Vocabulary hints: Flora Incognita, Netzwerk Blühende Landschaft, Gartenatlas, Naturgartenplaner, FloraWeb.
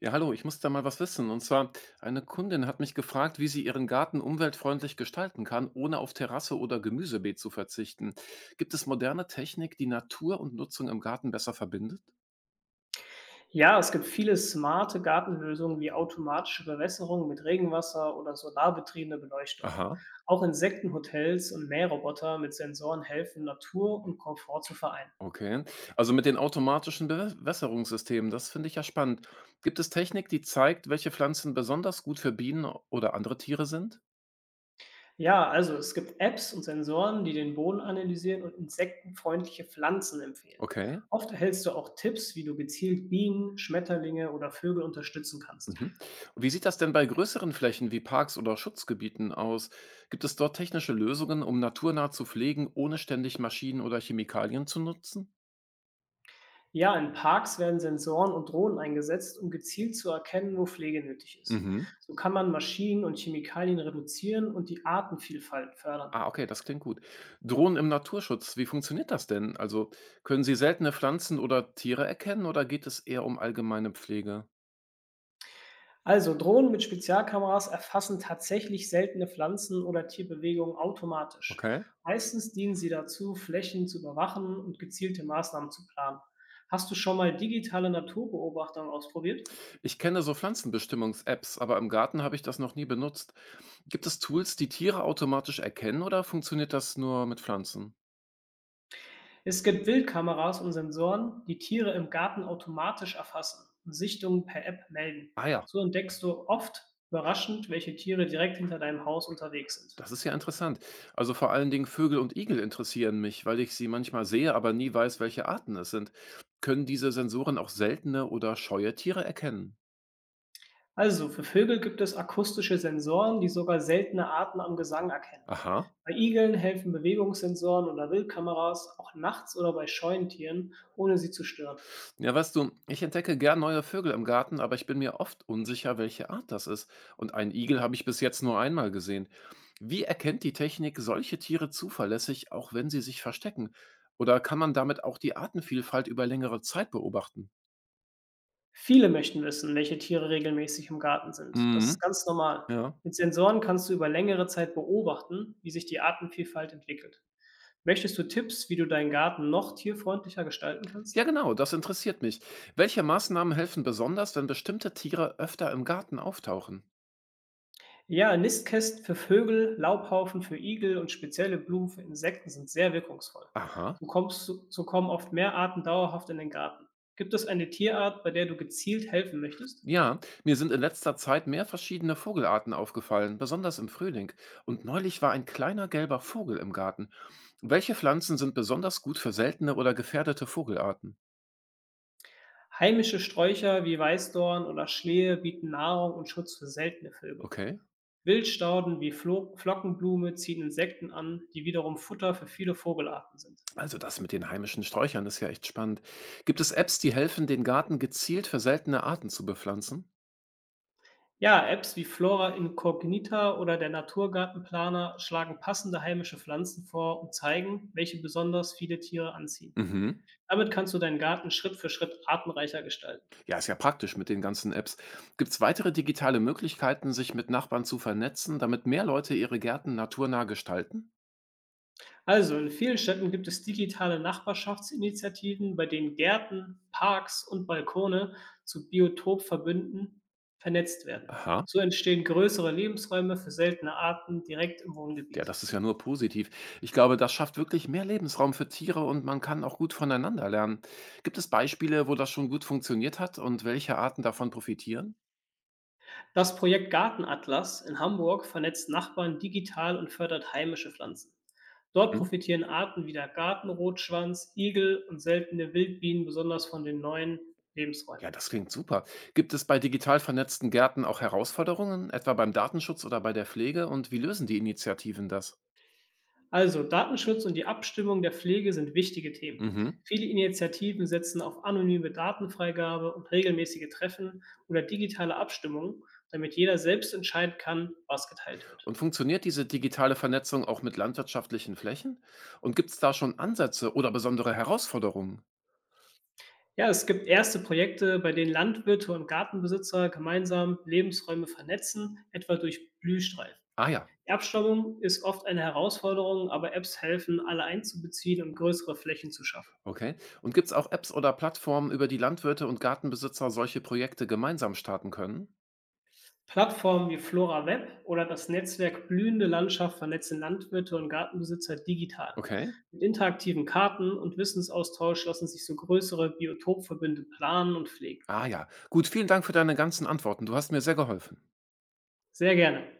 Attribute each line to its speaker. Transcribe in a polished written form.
Speaker 1: Ja, hallo, ich muss da mal was wissen. Und zwar, eine Kundin hat mich gefragt, wie sie ihren Garten umweltfreundlich gestalten kann, ohne auf Terrasse oder Gemüsebeet zu verzichten. Gibt es moderne Technik, die Natur und Nutzung im Garten besser verbindet?
Speaker 2: Ja, es gibt viele smarte Gartenlösungen wie automatische Bewässerung mit Regenwasser oder solarbetriebene Beleuchtung.
Speaker 1: Aha,
Speaker 2: Auch Insektenhotels und Mähroboter mit Sensoren helfen, Natur und Komfort zu vereinen.
Speaker 1: okay. Also mit den automatischen Bewässerungssystemen, das finde ich ja spannend. Gibt es Technik, die zeigt, welche Pflanzen besonders gut für Bienen oder andere Tiere sind?
Speaker 2: Ja, also es gibt Apps und Sensoren, die den Boden analysieren und insektenfreundliche Pflanzen empfehlen.
Speaker 1: Okay.
Speaker 2: Oft erhältst du auch Tipps, wie du gezielt Bienen, Schmetterlinge oder Vögel unterstützen kannst.
Speaker 1: Mhm. Und wie sieht das denn bei größeren Flächen wie Parks oder Schutzgebieten aus? Gibt es dort technische Lösungen, um naturnah zu pflegen, ohne ständig Maschinen oder Chemikalien zu nutzen?
Speaker 2: Ja, in Parks werden Sensoren und Drohnen eingesetzt, um gezielt zu erkennen, wo Pflege nötig ist.
Speaker 1: Mhm.
Speaker 2: So kann man Maschinen und Chemikalien reduzieren und die Artenvielfalt fördern.
Speaker 1: Ah, okay, das klingt gut. Drohnen im Naturschutz, wie funktioniert das denn? Also können Sie seltene Pflanzen oder Tiere erkennen oder geht es eher um allgemeine Pflege?
Speaker 2: Also Drohnen mit Spezialkameras erfassen tatsächlich seltene Pflanzen oder Tierbewegungen automatisch.
Speaker 1: Okay.
Speaker 2: Meistens dienen sie dazu, Flächen zu überwachen und gezielte Maßnahmen zu planen. Hast du schon mal digitale Naturbeobachtung ausprobiert?
Speaker 1: Ich kenne so Pflanzenbestimmungs-Apps, aber im Garten habe ich das noch nie benutzt. Gibt es Tools, die Tiere automatisch erkennen oder funktioniert das nur mit Pflanzen?
Speaker 2: Es gibt Wildkameras und Sensoren, die Tiere im Garten automatisch erfassen und Sichtungen per App melden.
Speaker 1: Ah ja.
Speaker 2: So entdeckst du oft überraschend, welche Tiere direkt hinter deinem Haus unterwegs sind.
Speaker 1: Das ist ja interessant. Also vor allen Dingen Vögel und Igel interessieren mich, weil ich sie manchmal sehe, aber nie weiß, welche Arten es sind. Können diese Sensoren auch seltene oder scheue Tiere erkennen?
Speaker 2: Also, für Vögel gibt es akustische Sensoren, die sogar seltene Arten am Gesang erkennen.
Speaker 1: Aha.
Speaker 2: Bei Igeln helfen Bewegungssensoren oder Wildkameras auch nachts oder bei scheuen Tieren, ohne sie zu stören.
Speaker 1: Ja, weißt du, ich entdecke gern neue Vögel im Garten, aber ich bin mir oft unsicher, welche Art das ist. Und einen Igel habe ich bis jetzt nur einmal gesehen. Wie erkennt die Technik solche Tiere zuverlässig, auch wenn sie sich verstecken? Oder kann man damit auch die Artenvielfalt über längere Zeit beobachten?
Speaker 2: Viele möchten wissen, welche Tiere regelmäßig im Garten sind. Das ist
Speaker 1: Mhm.
Speaker 2: ganz normal.
Speaker 1: Ja.
Speaker 2: Mit Sensoren kannst du über längere Zeit beobachten, wie sich die Artenvielfalt entwickelt. Möchtest du Tipps, wie du deinen Garten noch tierfreundlicher gestalten
Speaker 1: Ja,
Speaker 2: kannst?
Speaker 1: genau, das interessiert mich. Welche Maßnahmen helfen besonders, wenn bestimmte Tiere öfter im Garten auftauchen?
Speaker 2: Ja, Nistkästen für Vögel, Laubhaufen für Igel und spezielle Blumen für Insekten sind sehr wirkungsvoll.
Speaker 1: Aha.
Speaker 2: So kommen oft mehr Arten dauerhaft in den Garten. Gibt es eine Tierart, bei der du gezielt helfen möchtest?
Speaker 1: Ja, mir sind in letzter Zeit mehr verschiedene Vogelarten aufgefallen, besonders im Frühling. Und neulich war ein kleiner gelber Vogel im Garten. Welche Pflanzen sind besonders gut für seltene oder gefährdete Vogelarten?
Speaker 2: Heimische Sträucher wie Weißdorn oder Schlehe bieten Nahrung und Schutz für seltene Vögel.
Speaker 1: Okay,
Speaker 2: Wildstauden wie Flockenblume ziehen Insekten an, die wiederum Futter für viele Vogelarten sind.
Speaker 1: also das mit den heimischen Sträuchern ist ja echt spannend. Gibt es Apps, die helfen, den Garten gezielt für seltene Arten zu bepflanzen?
Speaker 2: Ja, Apps wie Flora Incognita oder der Naturgartenplaner schlagen passende heimische Pflanzen vor und zeigen, welche besonders viele Tiere anziehen.
Speaker 1: Mhm.
Speaker 2: Damit kannst du deinen Garten Schritt für Schritt artenreicher gestalten.
Speaker 1: Ja, ist ja praktisch mit den ganzen Apps. Gibt es weitere digitale Möglichkeiten, sich mit Nachbarn zu vernetzen, damit mehr Leute ihre Gärten naturnah gestalten?
Speaker 2: Also, in vielen Städten gibt es digitale Nachbarschaftsinitiativen, bei denen Gärten, Parks und Balkone zu Biotopverbünden vernetzt werden.
Speaker 1: Aha.
Speaker 2: So entstehen größere Lebensräume für seltene Arten direkt im
Speaker 1: Ja,
Speaker 2: Wohngebiet.
Speaker 1: das ist ja nur positiv. Ich glaube, das schafft wirklich mehr Lebensraum für Tiere und man kann auch gut voneinander lernen. Gibt es Beispiele, wo das schon gut funktioniert hat und welche Arten davon profitieren?
Speaker 2: Das Projekt Gartenatlas in Hamburg vernetzt Nachbarn digital und fördert heimische Pflanzen. Dort
Speaker 1: Hm?
Speaker 2: profitieren Arten wie der Gartenrotschwanz, Igel und seltene Wildbienen besonders von den neuen Lebensräumen.
Speaker 1: Ja, das klingt super. Gibt es bei digital vernetzten Gärten auch Herausforderungen, etwa beim Datenschutz oder bei der Pflege? Und wie lösen die Initiativen das?
Speaker 2: Also, Datenschutz und die Abstimmung der Pflege sind wichtige Themen.
Speaker 1: Mhm.
Speaker 2: Viele Initiativen setzen auf anonyme Datenfreigabe und regelmäßige Treffen oder digitale Abstimmungen, damit jeder selbst entscheiden kann, was geteilt wird.
Speaker 1: Und funktioniert diese digitale Vernetzung auch mit landwirtschaftlichen Flächen? Und gibt es da schon Ansätze oder besondere Herausforderungen?
Speaker 2: Ja, es gibt erste Projekte, bei denen Landwirte und Gartenbesitzer gemeinsam Lebensräume vernetzen, etwa durch Blühstreifen.
Speaker 1: Ah ja,
Speaker 2: Die Abstimmung ist oft eine Herausforderung, aber Apps helfen, alle einzubeziehen und größere Flächen zu schaffen.
Speaker 1: okay. Und gibt es auch Apps oder Plattformen, über die Landwirte und Gartenbesitzer solche Projekte gemeinsam starten können?
Speaker 2: Plattformen wie FloraWeb oder das Netzwerk Blühende Landschaft vernetzen Landwirte und Gartenbesitzer digital.
Speaker 1: Okay.
Speaker 2: Mit interaktiven Karten und Wissensaustausch lassen sich so größere Biotopverbünde planen und pflegen.
Speaker 1: Ah ja. Gut, vielen Dank für deine ganzen Antworten. Du hast mir sehr geholfen.
Speaker 2: Sehr gerne.